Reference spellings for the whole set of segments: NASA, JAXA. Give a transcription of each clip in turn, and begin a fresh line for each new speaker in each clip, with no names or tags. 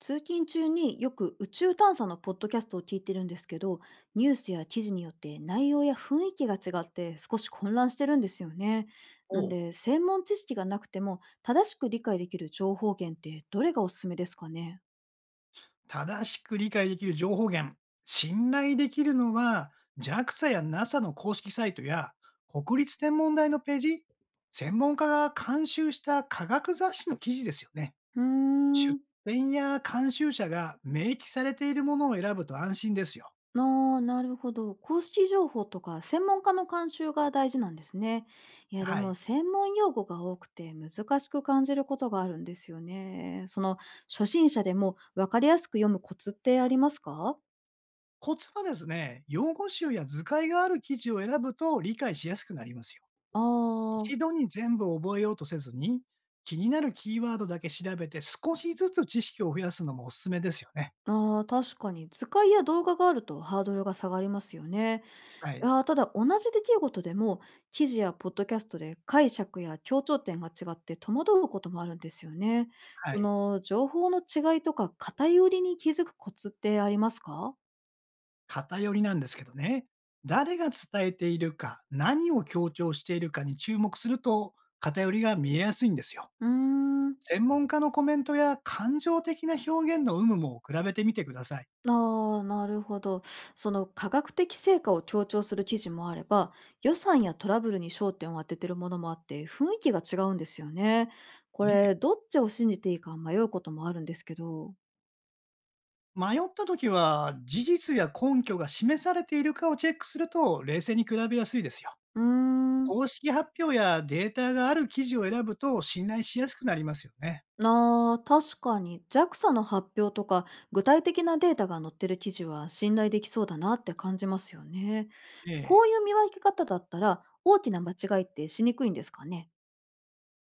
通勤中によく宇宙探査のポッドキャストを聞いてるんですけど、ニュースや記事によって内容や雰囲気が違って少し混乱してるんですよね。なん
を
で専門知識がなくても正しく理解できる情報源ってどれがおすすめですかね？
正しく理解できる情報源、信頼できるのは JAXA や NASA の公式サイトや国立天文台のページ、専門家が監修した科学雑誌の記事ですよね。
うー
出
ん。
典や監修者が明記されているものを選ぶと安心ですよ。
ああ、なるほど。公式情報とか専門家の監修が大事なんですね。いや、で
は
も
い。
専門用語が多くて難しく感じることがあるんですよね。初心者でも分かりやすく読むコツってありますか？
コツはですね、用語集や図解がある記事を選ぶと理解しやすくなりますよ。
あー。
一度に全部覚えようとせずに、気になるキーワードだけ調べて、少しずつ知識を増やすのもおすすめですよね。
あー、確かに図解や動画があるとハードルが下がりますよね。
はい。
ああ、ただ同じ出来事でも、記事やポッドキャストで解釈や強調点が違って戸惑うこともあるんですよね。
は
こ
い。
の情報の違いとか偏りに気づくコツってありますか？
偏りなんですけどね。誰が伝えているか、何を強調しているかに注目すると、偏りが見えやすいんですよ。
うーん。
専門家のコメントや感情的な表現の有無も比べてみてください。
ああ、なるほど。その科学的成果を強調する記事もあれば、予算やトラブルに焦点を当ててるものもあって、雰囲気が違うんですよね。こ
ね。
れ、どっちを信じていいか迷うこともあるんですけど。
迷った時は、事実や根拠が示されているかをチェックすると、冷静に比べやすいですよ。
うーん。
公式発表やデータがある記事を選ぶと信頼しやすくなりますよね。
あー、確かに JAXA の発表とか具体的なデータが載ってる記事は信頼できそうだなって感じますよね。
え
こ
え。
ういう見分け方だったら大きな間違いってしにくいんですかね？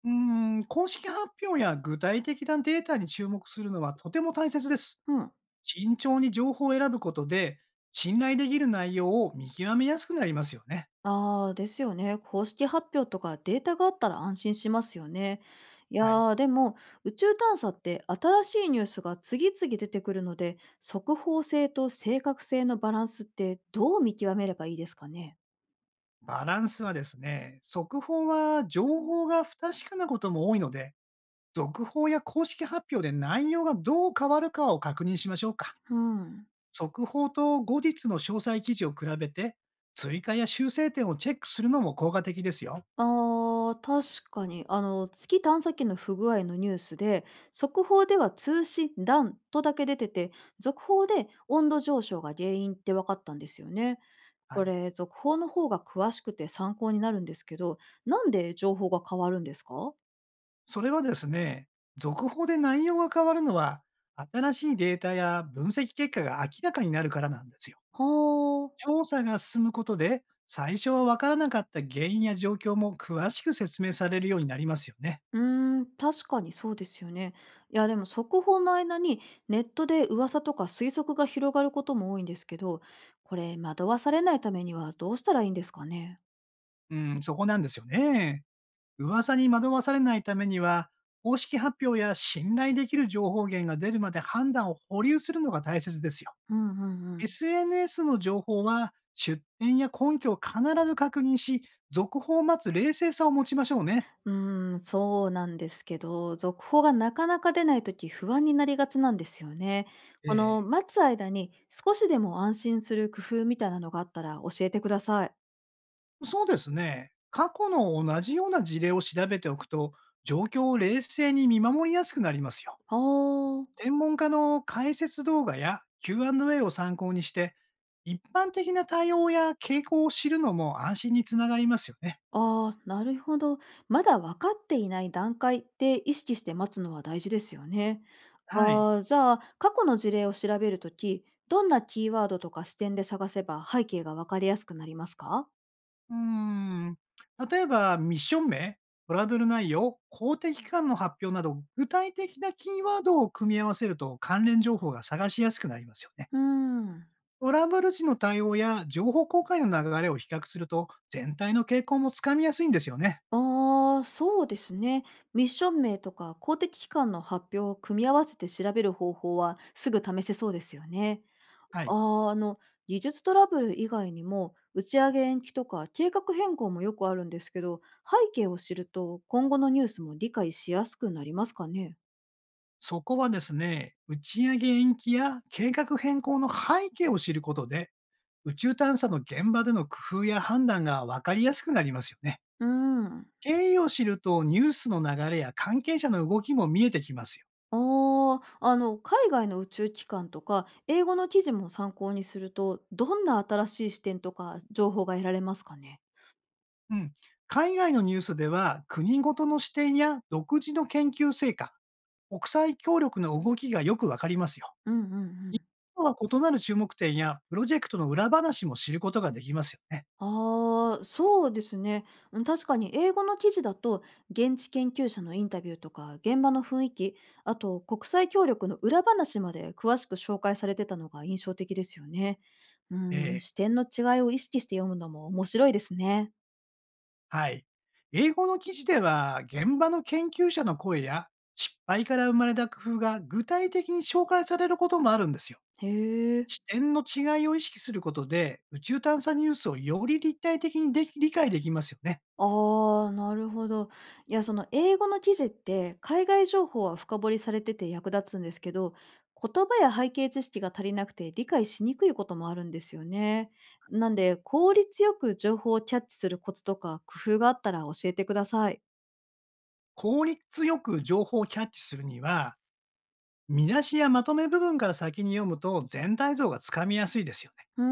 うーん、公式発表や具体的なデータに注目するのはとても大切です。
うん。
慎重に情報を選ぶことで、信頼できる内容を見極めやすくなりますよね。
ああ、ですよね。公式発表とかデータがあったら安心しますよね。い
はい。
やー、でも宇宙探査って新しいニュースが次々出てくるので、速報性と正確性のバランスってどう見極めればいいですかね？
バランスはですね、速報は情報が不確かなことも多いので、続報や公式発表で内容がどう変わるかを確認しましょうか。
うん。
速報と後日の詳細記事を比べて、追加や修正点をチェックするのも効果的ですよ。
ああ、確かに。あの、月探査機の不具合のニュースで、速報では通信断とだけ出てて、続報で温度上昇が原因って分かったんですよね。
は
こ
い。
れ、続報の方が詳しくて参考になるんですけど、なんで情報が変わるんですか？
それはですね、続報で内容が変わるのは、新しいデータや分析結果が明らかになるからなんですよ。
はあ。
調査が進むことで、最初は分からなかった原因や状況も詳しく説明されるようになりますよね。
うーん、確かにそうですよね。いや、でも速報の間にネットで噂とか推測が広がることも多いんですけど、これ、惑わされないためにはどうしたらいいんですかね？
うん、そこなんですよね。噂に惑わされないためには、公式発表や信頼できる情報源が出るまで判断を保留するのが大切ですよ。
うんうんうん。
SNS の情報は、出典や根拠を必ず確認し、続報を待つ冷静さを持ちましょうね。
うーん、そうなんですけど、続報がなかなか出ないとき不安になりがちなんですよね。この
ええ
待つ間に少しでも安心する工夫みたいなのがあったら教えてください。
そうですね。過去の同じような事例を調べておくと、状況を冷静に見守りやすくなりますよ。
あー。
専門家の解説動画や Q&A を参考にして、一般的な対応や傾向を知るのも安心につながりますよね。
あー、なるほど。まだ分かっていない段階って意識して待つのは大事ですよね。
はい。
ああ、じゃあ過去の事例を調べるとき、どんなキーワードとか視点で探せば背景が分かりやすくなりますか？
うーん。例えば、ミッション名、トラブル内容、公的機関の発表など、具体的なキーワードを組み合わせると関連情報が探しやすくなりますよね。
うーん。
トラブル時の対応や情報公開の流れを比較すると、全体の傾向もつかみやすいんですよね。
ああ、そうですね。ミッション名とか公的機関の発表を組み合わせて調べる方法はすぐ試せそうですよね。
はい。
ああ、あの、技術トラブル以外にも打ち上げ延期とか計画変更もよくあるんですけど、背景を知ると今後のニュースも理解しやすくなりますかね。
そこはですね、打ち上げ延期や計画変更の背景を知ることで、宇宙探査の現場での工夫や判断が分かりやすくなりますよね。
うん。
経緯を知るとニュースの流れや関係者の動きも見えてきますよ。
ああ、あの、海外の宇宙機関とか英語の記事も参考にすると、どんな新しい視点とか情報が得られますかね。
うん。海外のニュースでは国ごとの視点や独自の研究成果、国際協力の動きがよくわかりますよ。
うんうんうん。
今は異なる注目点やプロジェクトの裏話も知ることができますよね。
ああ、そうですね。うん、確かに英語の記事だと、現地研究者のインタビューとか、現場の雰囲気、あと国際協力の裏話まで詳しく紹介されてたのが印象的ですよね。うん、
ええ
視点の違いを意識して読むのも面白いですね。
はい。英語の記事では、現場の研究者の声や失敗から生まれた工夫が具体的に紹介されることもあるんですよ。
へえ。
視点の違いを意識することで、宇宙探査ニュースをより立体的にでき理解できますよね。
ああ、なるほど。いや、その英語の記事って、海外情報は深掘りされてて役立つんですけど、言葉や背景知識が足りなくて理解しにくいこともあるんですよね。なんで、効率よく情報をキャッチするコツとか工夫があったら教えてください。
効率よく情報をキャッチするには、見出しやまとめ部分から先に読むと全体像がつかみやすいですよ。
うー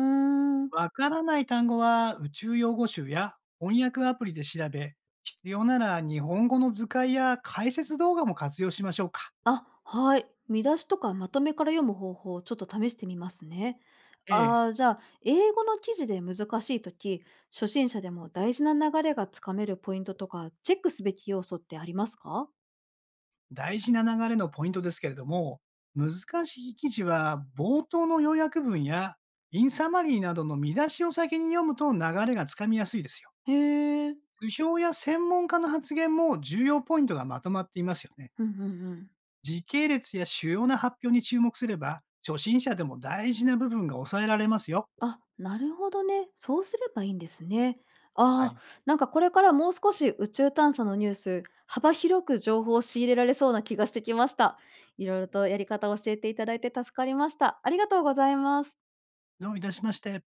ん。
わからない単語は宇宙用語集や翻訳アプリで調べ、必要なら日本語の図解や解説動画も活用しましょうか。
あ、はい。見出しとかまとめから読む方法をちょっと試してみますね。
ええ、
ああ、じゃあ、英語の記事で難しい時、初心者でも大事な流れがつかめるポイントとか、チェックすべき要素ってありますか？
大事な流れのポイントですけれども、難しい記事は冒頭の要約文やインサマリーなどの見出しを先に読むと流れがつかみやすいですよ。
へえ、
図表や専門家の発言も重要ポイントがまとまっていますよね。
うんうんうん。
時系列や主要な発表に注目すれば、初心者でも大事な部分が抑えられますよ。
あ、なるほどね。そうすればいいんですね。
は
ああ、
い。
なんかこれからもう少し宇宙探査のニュース、幅広く情報を仕入れられそうな気がしてきました。いろいろとやり方を教えていただいて助かりました。ありがとうございます。
どういたしまして。